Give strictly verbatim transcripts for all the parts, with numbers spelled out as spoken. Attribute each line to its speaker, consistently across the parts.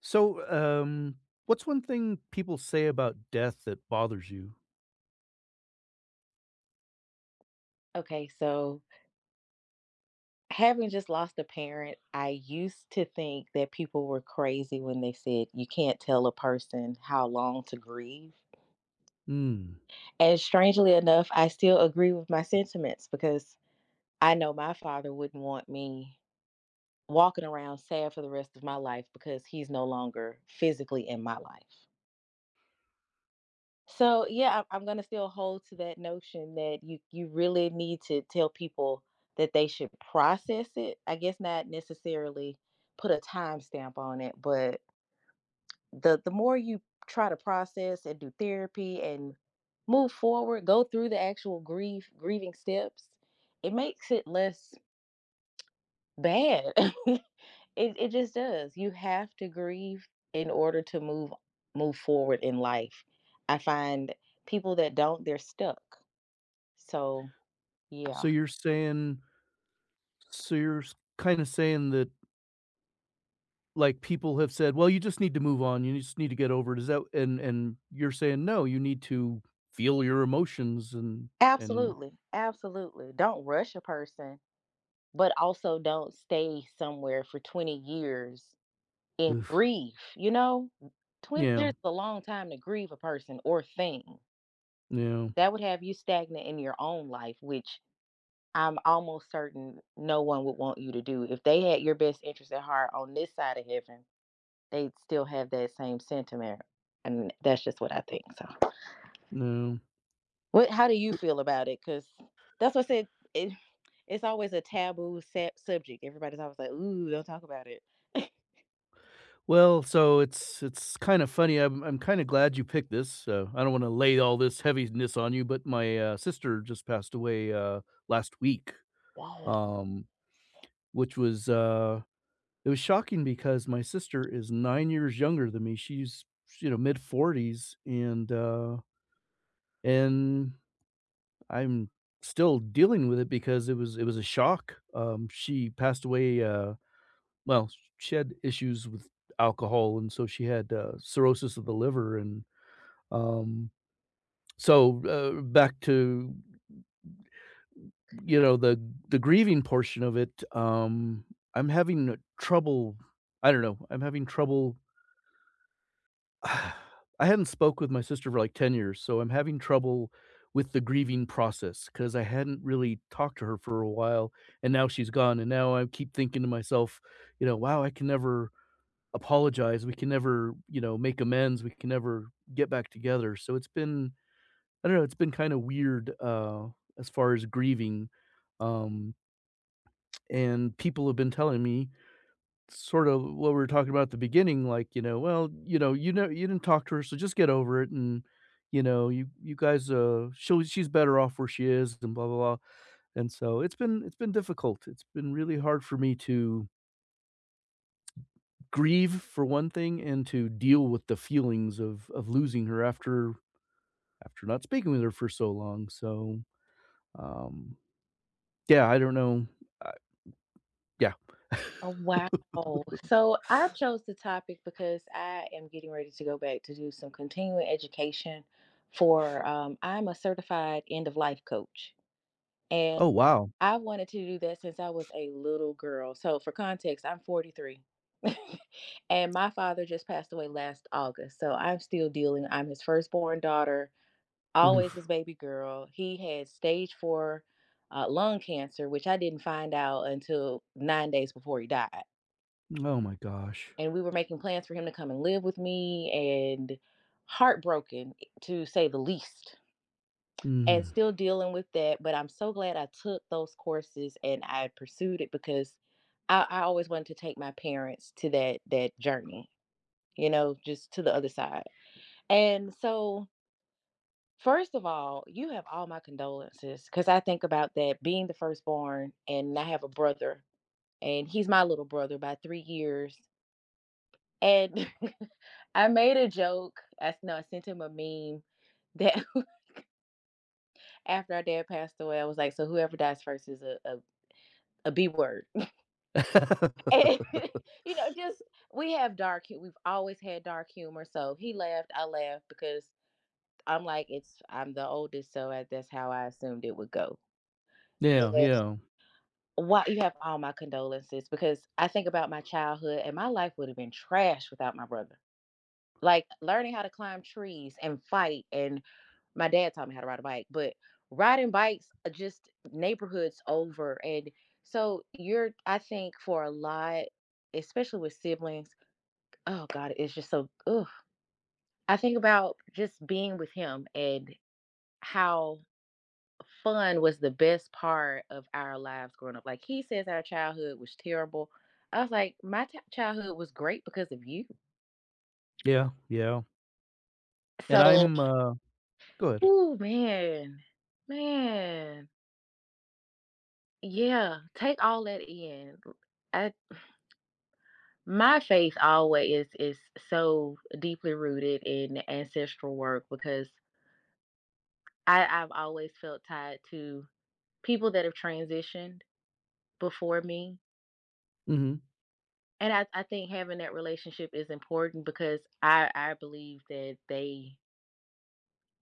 Speaker 1: So, um, what's one thing people say about death that bothers you?
Speaker 2: Okay, so having just lost a parent, I used to think that people were crazy when they said you can't tell a person how long to grieve.
Speaker 1: Mm.
Speaker 2: And strangely enough, I still agree with my sentiments because I know my father wouldn't want me walking around sad for the rest of my life because he's no longer physically in my life. So yeah, I- I'm gonna still hold to that notion that you you really need to tell people that they should process it. I guess not necessarily put a timestamp on it, but the the more you try to process and do therapy and move forward, go through the actual grief grieving steps, it makes it less bad. it it just does. You have to grieve in order to move move forward in life. I find people that don't, they're stuck. So, yeah.
Speaker 1: So you're saying so you're kind of saying that, like, people have said, "Well, you just need to move on. You just need to get over it." Is that — and and you're saying, "No, you need to feel your emotions and and" —
Speaker 2: Absolutely. Absolutely. Don't rush a person, but also don't stay somewhere for twenty years in
Speaker 1: ugh.
Speaker 2: grief, you know? twenty
Speaker 1: Yeah.
Speaker 2: years is a long time to grieve a person or thing.
Speaker 1: No,
Speaker 2: That would have you stagnant in your own life, which I'm almost certain no one would want you to do. If they had your best interest at heart on this side of heaven, they'd still have that same sentiment. And that's just what I think. So
Speaker 1: no.
Speaker 2: what? How do you feel about it? Because that's what I said. It, it's always a taboo sa- subject. Everybody's always like, "Ooh, don't talk about it."
Speaker 1: Well, so it's it's kind of funny. I'm I'm kind of glad you picked this. So I don't want to lay all this heaviness on you, but my, uh, sister just passed away, uh, last week.
Speaker 2: Wow.
Speaker 1: um, which was uh, it was shocking because my sister is nine years younger than me. She's, you know, mid forties, and uh, and I'm still dealing with it because it was it was a shock. Um, she passed away. Uh, well, she had issues with alcohol, and so she had uh, cirrhosis of the liver, and um, so uh, back to, you know, the the grieving portion of it. um, I'm having trouble — I don't know, I'm having trouble. I hadn't spoke with my sister for like ten years, so I'm having trouble with the grieving process because I hadn't really talked to her for a while, and now she's gone, and now I keep thinking to myself, you know, "Wow, I can never apologize, we can never, you know, make amends, we can never get back together." So it's been — I don't know, it's been kinda weird, uh, as far as grieving. um And people have been telling me sort of what we were talking about at the beginning, like, you know, "Well, you know, you know you didn't talk to her, so just get over it, and, you know, you you guys, uh, she'll she's better off where she is, and blah, blah, blah." And so it's been it's been difficult. It's been really hard for me to grieve for one thing and to deal with the feelings of of losing her after after not speaking with her for so long. So, um, yeah, I don't know. Uh, yeah.
Speaker 2: Oh, wow. So I chose the topic because I am getting ready to go back to do some continuing education for, um, I'm a certified end of life coach.
Speaker 1: Oh, wow.
Speaker 2: I wanted to do that since I was a little girl. So for context, I'm forty-three. And my father just passed away last August. So I'm still dealing. I'm his firstborn daughter, always
Speaker 1: Oof.
Speaker 2: his baby girl. He had stage four uh, lung cancer, which I didn't find out until nine days before he died.
Speaker 1: Oh my gosh.
Speaker 2: And we were making plans for him to come and live with me and heartbroken, to say the least, and
Speaker 1: Mm.
Speaker 2: still dealing with that. But I'm so glad I took those courses and I pursued it because I, I always wanted to take my parents to that that journey, you know, just to the other side. And so, first of all, you have all my condolences because I think about that being the firstborn, and I have a brother, and he's my little brother by three years. And I made a joke. I s- no, I sent him a meme that after our dad passed away, I was like, "So whoever dies first is a, a a B word." And, you know, just we have dark hu- we've always had dark humor. So he laughed, I laughed because I'm like it's I'm the oldest, so I, that's how I assumed it would go.
Speaker 1: Yeah,
Speaker 2: Yeah.
Speaker 1: yeah,
Speaker 2: Why you have all my condolences because I think about my childhood and my life would have been trash without my brother. Like learning how to climb trees and fight and my dad taught me how to ride a bike, but riding bikes are just neighborhoods over. And so you're, I think, for a lot, especially with siblings, oh God, it's just so, ugh. I think about just being with him and how fun was the best part of our lives growing up. Like he says our childhood was terrible. I was like, my t- childhood was great because of you.
Speaker 1: yeah, yeah, and
Speaker 2: So,
Speaker 1: I'm, uh good.
Speaker 2: oh man, man, yeah, take all that in. I. My faith always is so deeply rooted in ancestral work because I, I've always felt tied to people that have transitioned before me.
Speaker 1: Mhm.
Speaker 2: And I, I think having that relationship is important because I, I believe that they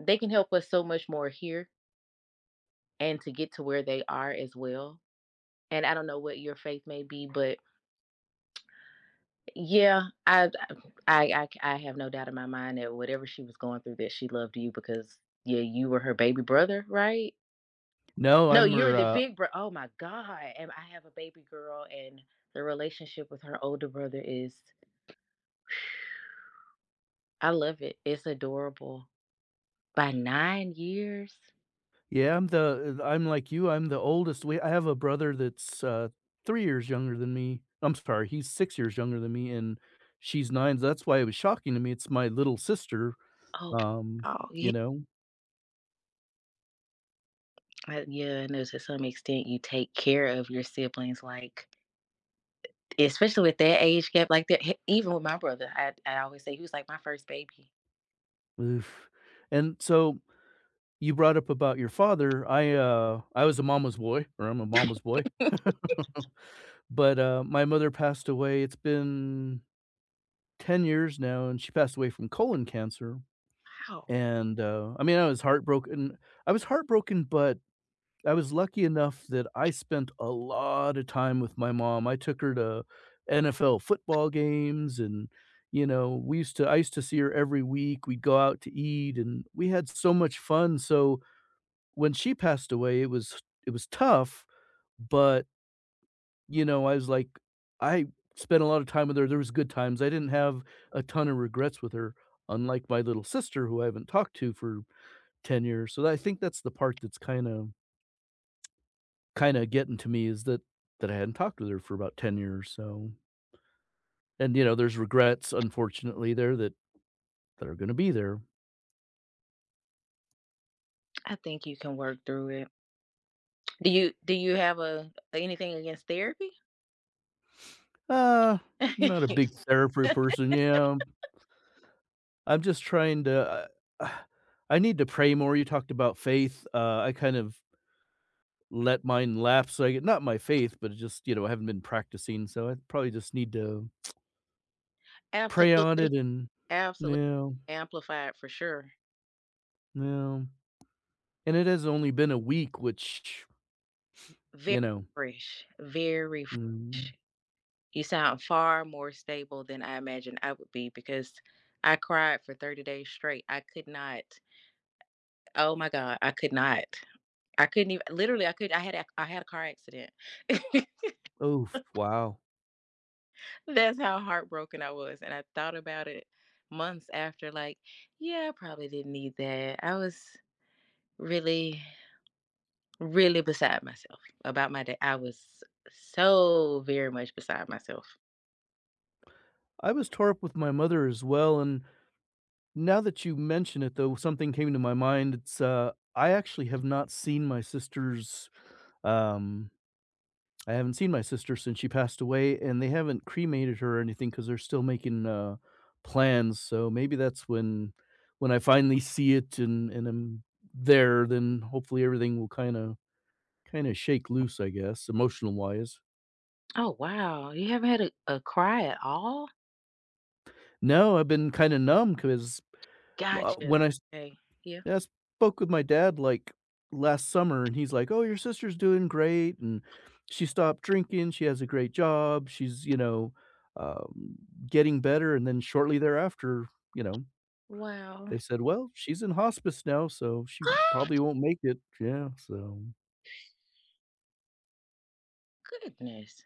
Speaker 2: they can help us so much more here and to get to where they are as well. And I don't know what your faith may be, but yeah, I, I, I, I have no doubt in my mind that whatever she was going through, that she loved you because yeah, you were her baby brother, right?
Speaker 1: No,
Speaker 2: No,
Speaker 1: I'm
Speaker 2: you're the
Speaker 1: uh,
Speaker 2: big bro. Oh my God, and I have a baby girl, and the relationship with her older brother is, I love it. It's adorable. By nine years,
Speaker 1: yeah, I'm the uh, I'm like you, I'm the oldest. We I have a brother that's, uh, three years younger than me. I'm sorry, he's six years younger than me, and she's nine, so that's why it was shocking to me. It's my little sister,
Speaker 2: oh,
Speaker 1: um,
Speaker 2: oh
Speaker 1: you
Speaker 2: yeah,
Speaker 1: know?
Speaker 2: uh, yeah. I know to some extent you take care of your siblings, like especially with that age gap, like that. Even with my brother, I, I always say he was like my first baby.
Speaker 1: Oof. And so, you brought up about your father. I, uh I was a mama's boy, or I'm a mama's boy, but, uh, my mother passed away, it's been ten years now, and she passed away from colon cancer,
Speaker 2: Wow.
Speaker 1: and, uh, I mean, I was heartbroken I was heartbroken, but I was lucky enough that I spent a lot of time with my mom. I took her to N F L football games and, you know, we used to I used to see her every week, we'd go out to eat, and we had so much fun, so when she passed away, it was it was tough, but, you know, I was like, I spent a lot of time with her, there was good times, I didn't have a ton of regrets with her, unlike my little sister who I haven't talked to for ten years, so I think that's the part that's kinda kinda getting to me, is that that I hadn't talked with her for about ten years, so. And, you know, there's regrets, unfortunately, there, that that are gonna be there.
Speaker 2: I think you can work through it. Do you do you have a anything against therapy?
Speaker 1: Uh, I'm not a big therapy person, yeah. I'm just trying to I I need to pray more. You talked about faith. uh, I kind of let mine lapse, so I get — not my faith, but it just, you know, I haven't been practicing, so I probably just need to pray on
Speaker 2: Absolutely.
Speaker 1: it and —
Speaker 2: Absolutely.
Speaker 1: no,
Speaker 2: Amplified for sure.
Speaker 1: no. And it has only been a week, which,
Speaker 2: Very
Speaker 1: you know,
Speaker 2: fresh. Very
Speaker 1: mm.
Speaker 2: fresh. You sound far more stable than I imagined I would be because I cried for thirty days straight. I could not. Oh my God. I could not. I couldn't even literally I could I had a, I had a car accident.
Speaker 1: Oof, wow.
Speaker 2: That's how heartbroken I was, and I thought about it months after, like, yeah, I probably didn't need that. I was really, really beside myself about my day. I was so very much beside myself.
Speaker 1: I was tore up with my mother as well, and now that you mention it, though, something came to my mind. It's, uh, I actually have not seen my sister's, um I haven't seen my sister since she passed away, and they haven't cremated her or anything because 'cause they're still making, uh, plans, so maybe that's when when I finally see it and and I'm there, then hopefully everything will kinda kinda shake loose, I guess, emotional-wise.
Speaker 2: Oh wow, you haven't had a, a cry at all?
Speaker 1: No, I've been kinda numb 'cause, uh,
Speaker 2: Gotcha.
Speaker 1: when I have been kind of numb because
Speaker 2: Okay. Yeah.
Speaker 1: when I. Yeah, I spoke with my dad, like, last summer, and he's like, "Oh, your sister's doing great, and she stopped drinking, she has a great job, she's, you know, um, getting better," and then shortly thereafter, you know,
Speaker 2: Wow.
Speaker 1: they said, "Well, she's in hospice now, so she probably won't make it." Yeah, so,
Speaker 2: Goodness.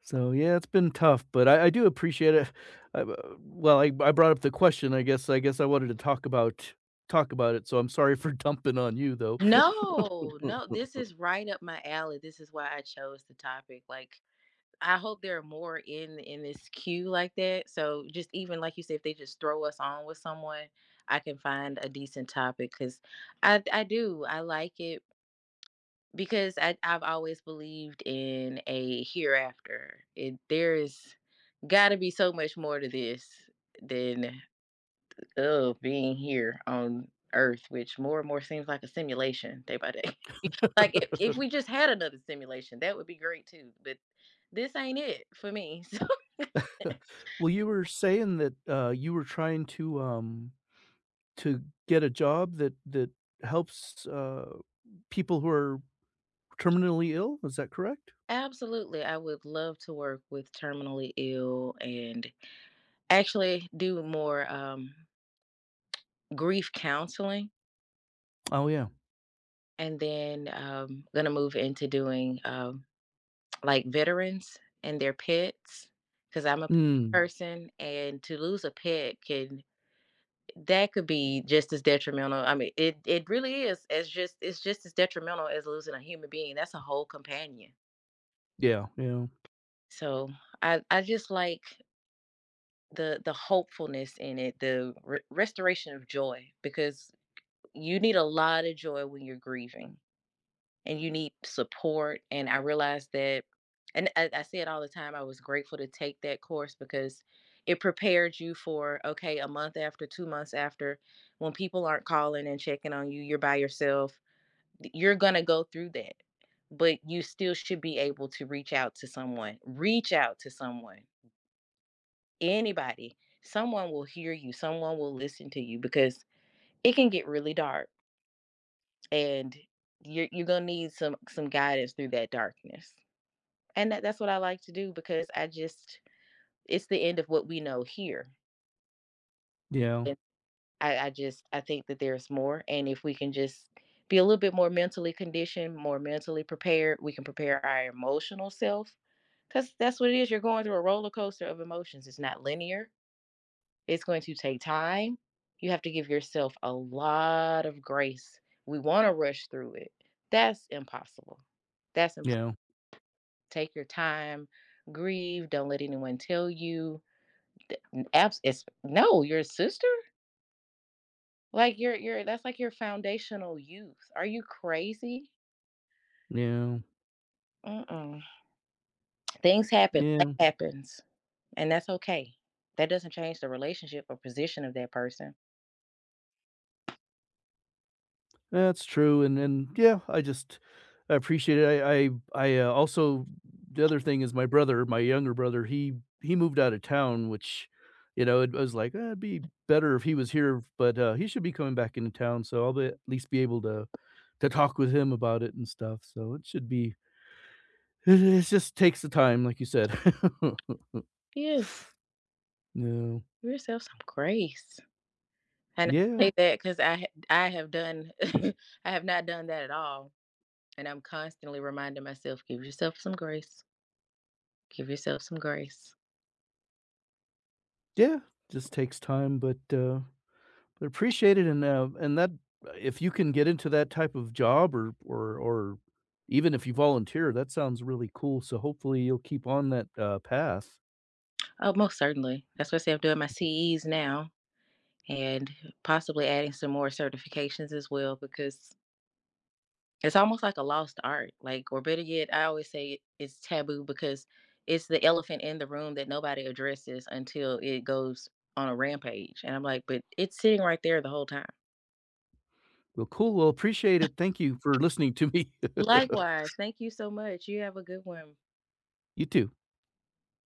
Speaker 1: so, yeah, it's been tough, but I I do appreciate it. I b well, I I brought up the question, I guess I guess I wanted to talk about — talk about it, so I'm sorry for dumping on you, though.
Speaker 2: No, no, this is right up my alley. This is why I chose the topic. Like I hope there are more in in this queue like that. So just even like you said, if they just throw us on with someone, I can find a decent topic because I I do I like it because I I've always believed in a hereafter. It There is got to be so much more to this than oh being here on Earth, which more and more seems like a simulation day by day. Like if if we just had another simulation, that would be great too. But this ain't it for me. So
Speaker 1: Well, you were saying that, uh, you were trying to, um, to get a job that that helps, uh, people who are terminally ill, is that correct?
Speaker 2: absolutely, I would love to work with terminally ill and actually do more um, grief counseling,
Speaker 1: Oh, yeah.
Speaker 2: and then um, gonna move into doing um, like veterans and their pets because I'm a
Speaker 1: Mm.
Speaker 2: person, and to lose a pet can that could be just as detrimental. I mean, it it really is. It's just it's just as detrimental as losing a human being. That's a whole companion.
Speaker 1: Yeah, yeah,
Speaker 2: So I I just like the the hopefulness in it, the re- restoration of joy, because you need a lot of joy when you're grieving. And you need support. And I realized that, and I, I say it all the time. I was grateful to take that course because it prepared you for, okay, a month after, two months after, when people aren't calling and checking on you, you're by yourself, you're going to go through that. But you still should be able to reach out to someone. Reach out to someone, anybody. Someone will hear you, someone will listen to you because it can get really dark. And you're, you're gonna need some some guidance through that darkness and that, that's what I like to do because I just it's the end of what we know here.
Speaker 1: yeah,
Speaker 2: And I, I just I think that there's more, and if we can just be a little bit more mentally conditioned, more mentally prepared, we can prepare our emotional self because that's what it is. You're going through a roller coaster of emotions. It's not linear. It's going to take time. You have to give yourself a lot of grace. We want to rush through it. That's impossible. That's impossible.
Speaker 1: yeah,
Speaker 2: Take your time, grieve. Don't let anyone tell you Th- abs- it's no, your sister? Like your your that's like your foundational youth. Are you crazy?
Speaker 1: yeah,
Speaker 2: Mm-mm. Things happen. Life
Speaker 1: yeah.
Speaker 2: happens, and that's okay. That doesn't change the relationship or position of that person.
Speaker 1: That's true, and and yeah, I just — I appreciate it. I I I, uh, also the other thing is my brother, my younger brother, he he moved out of town, which, you know, it was like, "Eh, it'd be better if he was here," but, uh, he should be coming back into town, so I'll be at least be able to to talk with him about it and stuff, so it should be — it it just takes the time, like you said.
Speaker 2: Yes,
Speaker 1: No.
Speaker 2: give yourself some grace. And I
Speaker 1: Yeah.
Speaker 2: say that because I ha- I have done. I have not done that at all, and I'm constantly reminding myself, give yourself some grace. Give yourself some grace.
Speaker 1: Yeah, just takes time, but, uh they're appreciated, and, uh, and that — uh, if you can get into that type of job, or or or even if you volunteer, that sounds really cool, so hopefully you'll keep on that, uh, path.
Speaker 2: Oh, most certainly. That's what I say. I'm doing my C Es now, and possibly adding some more certifications as well because it's almost like a lost art. Like, or better yet, I always say it's taboo because it's the elephant in the room that nobody addresses until it goes on a rampage. And I'm like, but it's sitting right there the whole time.
Speaker 1: Well, cool, well, appreciate it, thank you for listening to me.
Speaker 2: Likewise, thank you so much. You have a good one.
Speaker 1: You too.